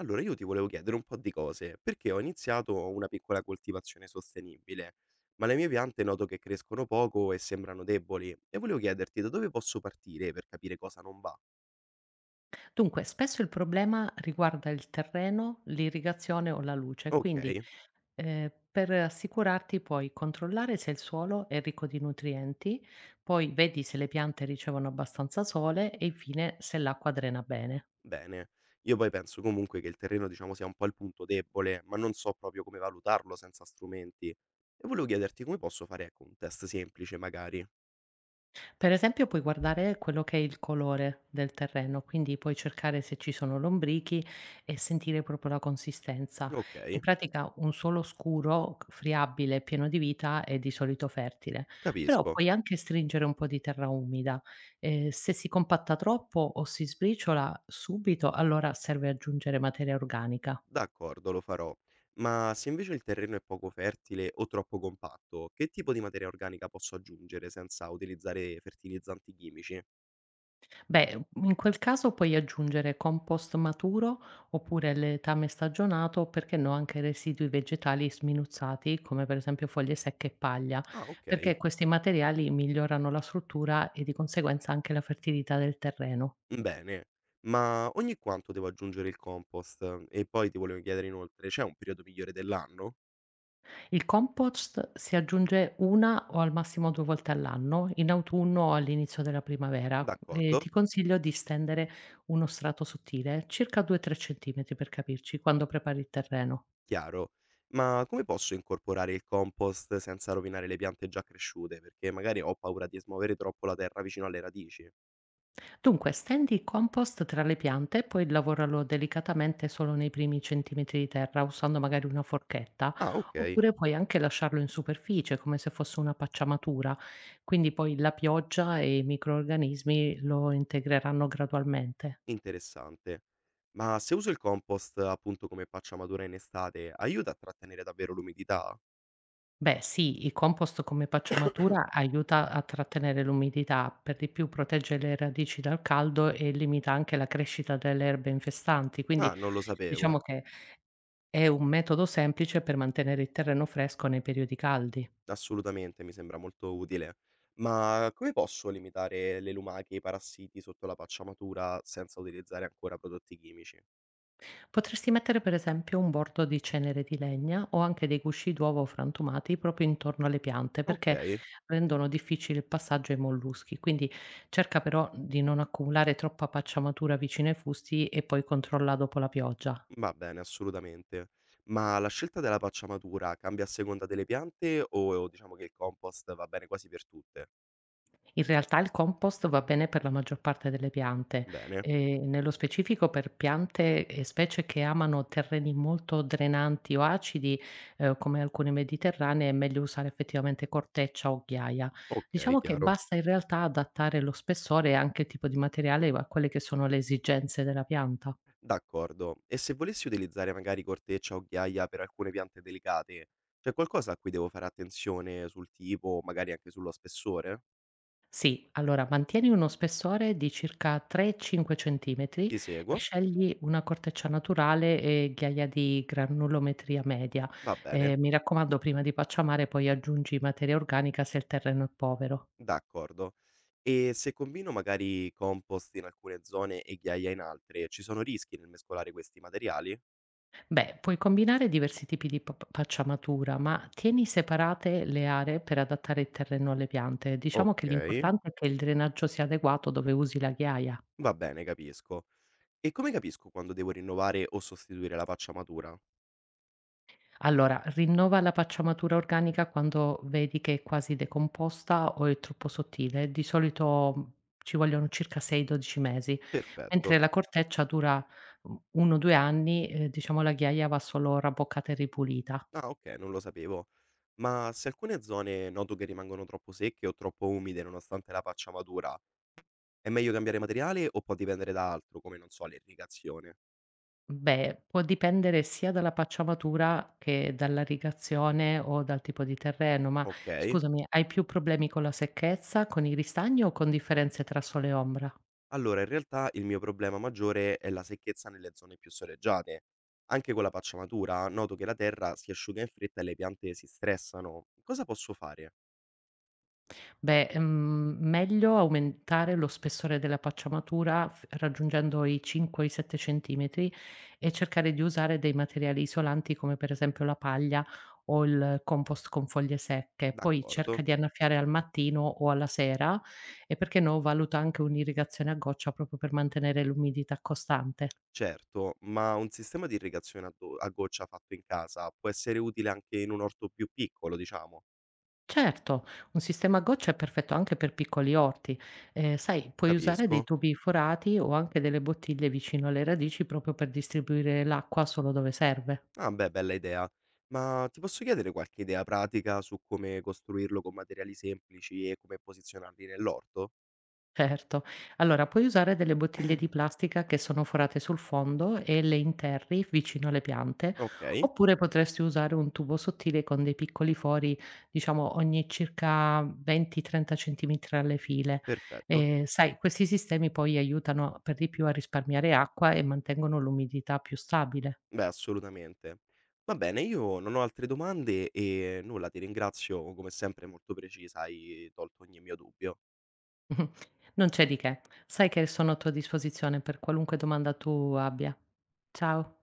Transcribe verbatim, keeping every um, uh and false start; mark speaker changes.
Speaker 1: Allora, io ti volevo chiedere un po' di cose, perché ho iniziato una piccola coltivazione sostenibile, ma le mie piante noto che crescono poco e sembrano deboli, e volevo chiederti da dove posso partire per capire cosa non va.
Speaker 2: Dunque, spesso il problema riguarda il terreno, l'irrigazione o la luce,
Speaker 1: Ok,
Speaker 2: quindi eh, per assicurarti puoi controllare se il suolo è ricco di nutrienti, poi vedi se le piante ricevono abbastanza sole e infine se l'acqua drena bene.
Speaker 1: bene. Io poi penso comunque che il terreno, diciamo, sia un po' il punto debole, ma non so proprio come valutarlo senza strumenti. E volevo chiederti come posso fare, ecco, un test semplice, magari.
Speaker 2: Per esempio puoi guardare quello che è il colore del terreno, quindi puoi cercare se ci sono lombrichi e sentire proprio la consistenza.
Speaker 1: Ok,
Speaker 2: In pratica un suolo scuro, c- friabile, pieno di vita è di solito fertile, però
Speaker 1: capisco.
Speaker 2: puoi anche stringere un po' di terra umida. Eh, se si compatta troppo o si sbriciola subito, allora serve aggiungere materia organica.
Speaker 1: D'accordo, lo farò. Ma se invece il terreno è poco fertile o troppo compatto, che tipo di materia organica posso aggiungere senza utilizzare fertilizzanti chimici?
Speaker 2: Beh, in quel caso puoi aggiungere compost maturo oppure letame stagionato, o perché no anche residui vegetali sminuzzati, come per esempio foglie secche e paglia,
Speaker 1: Ah, ok.
Speaker 2: perché questi materiali migliorano la struttura e di conseguenza anche la fertilità del terreno.
Speaker 1: Bene. Ma ogni quanto devo aggiungere il compost? E poi ti volevo chiedere inoltre, c'è un periodo migliore dell'anno?
Speaker 2: Il compost si aggiunge una o al massimo due volte all'anno, in autunno o all'inizio della primavera. E
Speaker 1: D'accordo,
Speaker 2: ti consiglio di stendere uno strato sottile, circa due tre cm per capirci, quando prepari il terreno.
Speaker 1: chiaro. Ma come posso incorporare il compost senza rovinare le piante già cresciute? Perché magari ho paura di smuovere troppo la terra vicino alle radici.
Speaker 2: Dunque, stendi il compost tra le piante e poi lavoralo delicatamente solo nei primi centimetri di terra, usando magari una forchetta,
Speaker 1: Ah, ok.
Speaker 2: oppure puoi anche lasciarlo in superficie come se fosse una pacciamatura, quindi poi la pioggia e i microrganismi lo integreranno gradualmente.
Speaker 1: Interessante. Ma se uso il compost appunto come paccia matura in estate, aiuta a trattenere davvero l'umidità?
Speaker 2: Beh, sì, il compost come pacciamatura aiuta a trattenere l'umidità, per di più protegge le radici dal caldo e limita anche la crescita delle erbe infestanti, quindi
Speaker 1: Ah, non lo
Speaker 2: diciamo
Speaker 1: sapevo.
Speaker 2: che È un metodo semplice per mantenere il terreno fresco nei periodi caldi.
Speaker 1: Assolutamente, mi sembra molto utile. Ma come posso limitare le lumache e i parassiti sotto la paccia matura senza utilizzare ancora prodotti chimici?
Speaker 2: Potresti mettere per esempio un bordo di cenere di legna o anche dei gusci d'uovo frantumati proprio intorno alle piante
Speaker 1: Ok,
Speaker 2: perché rendono difficile il passaggio ai molluschi. Quindi cerca però di non accumulare troppa pacciamatura vicino ai fusti e poi controlla dopo la pioggia.
Speaker 1: va bene, assolutamente. Ma la scelta della paccia matura cambia a seconda delle piante o diciamo che il compost va bene quasi per tutte?
Speaker 2: In realtà il compost va bene per la maggior parte delle piante,
Speaker 1: Bene,
Speaker 2: ehm, nello specifico per piante e specie che amano terreni molto drenanti o acidi, ehm, come alcune mediterranee è meglio usare effettivamente corteccia o ghiaia.
Speaker 1: ok,
Speaker 2: Diciamo che
Speaker 1: chiaro.
Speaker 2: basta in realtà adattare lo spessore e anche il tipo di materiale a quelle che sono le esigenze della pianta.
Speaker 1: D'accordo. E se volessi utilizzare magari corteccia o ghiaia per alcune piante delicate, c'è qualcosa a cui devo fare attenzione sul tipo, magari anche sullo spessore?
Speaker 2: Sì, allora mantieni uno spessore di circa tre cinque centimetri
Speaker 1: Ti
Speaker 2: e
Speaker 1: seguo?
Speaker 2: scegli una corteccia naturale e ghiaia di granulometria media.
Speaker 1: Va bene,
Speaker 2: Eh, mi raccomando, prima di pacciamare poi aggiungi materia organica se il terreno è povero.
Speaker 1: d'accordo. E se combino magari compost in alcune zone e ghiaia in altre, ci sono rischi nel mescolare questi materiali?
Speaker 2: Beh, puoi combinare diversi tipi di pa- pacciamatura, ma tieni separate le aree per adattare il terreno alle piante.
Speaker 1: Ok,
Speaker 2: Diciamo che l'importante è che il drenaggio sia adeguato dove usi la ghiaia.
Speaker 1: va bene, capisco. E come capisco quando devo rinnovare o sostituire la faccia matura?
Speaker 2: Allora, rinnova la pacciamatura organica quando vedi che è quasi decomposta o è troppo sottile. Di solito mh, ci vogliono circa sei dodici mesi, mentre
Speaker 1: Perfetto.
Speaker 2: la corteccia dura uno o due anni, eh, diciamo la ghiaia va solo rabboccata e ripulita.
Speaker 1: Ah, okay, non lo sapevo. Ma se alcune zone noto che rimangono troppo secche o troppo umide nonostante la faccia matura, è meglio cambiare materiale o può dipendere da altro, come non so, l'irrigazione?
Speaker 2: Beh, può dipendere sia dalla pacciamatura che dall'irrigazione o dal tipo di terreno, ma
Speaker 1: Okay.
Speaker 2: scusami, hai più problemi con la secchezza, con i ristagni o con differenze tra sole e ombra?
Speaker 1: Allora in realtà il mio problema maggiore è la secchezza nelle zone più soleggiate. Anche con la faccia matura noto che la terra si asciuga in fretta e le piante si stressano. Cosa posso fare?
Speaker 2: Beh, mhmm, meglio aumentare lo spessore della pacciamatura f raggiungendo i cinque o i sette centimetri e cercare di usare dei materiali isolanti come per esempio la paglia o il compost con foglie secche. Poi cerca
Speaker 1: D'accordo.
Speaker 2: di annaffiare al mattino o alla sera e perché no, valuta anche un'irrigazione a goccia proprio per mantenere l'umidità costante.
Speaker 1: Certo, ma un sistema di irrigazione a do a goccia fatto in casa può essere utile anche in un orto più piccolo, diciamo?
Speaker 2: Certo, un sistema a goccia è perfetto anche per piccoli orti. Ehm, sai, puoi usare dei
Speaker 1: Capisco.
Speaker 2: tubi forati o anche delle bottiglie vicino alle radici proprio per distribuire l'acqua solo dove serve.
Speaker 1: Ah beh, bella idea. Ma ti posso chiedere qualche idea pratica su come costruirlo con materiali semplici e come posizionarli nell'orto?
Speaker 2: Certo. Allora, puoi usare delle bottiglie di plastica che sono forate sul fondo e le interri vicino alle piante,
Speaker 1: Ok,
Speaker 2: oppure potresti usare un tubo sottile con dei piccoli fori, diciamo ogni circa venti trenta centimetri alle file.
Speaker 1: perfetto.
Speaker 2: E, sai, questi sistemi poi aiutano per di più a risparmiare acqua e mantengono l'umidità più stabile.
Speaker 1: Beh, assolutamente. Va bene, io non ho altre domande e nulla, ti ringrazio come sempre molto precisa, hai tolto ogni mio dubbio.
Speaker 2: Non c'è di che. Sai che sono a tua disposizione per qualunque domanda tu abbia. Ciao.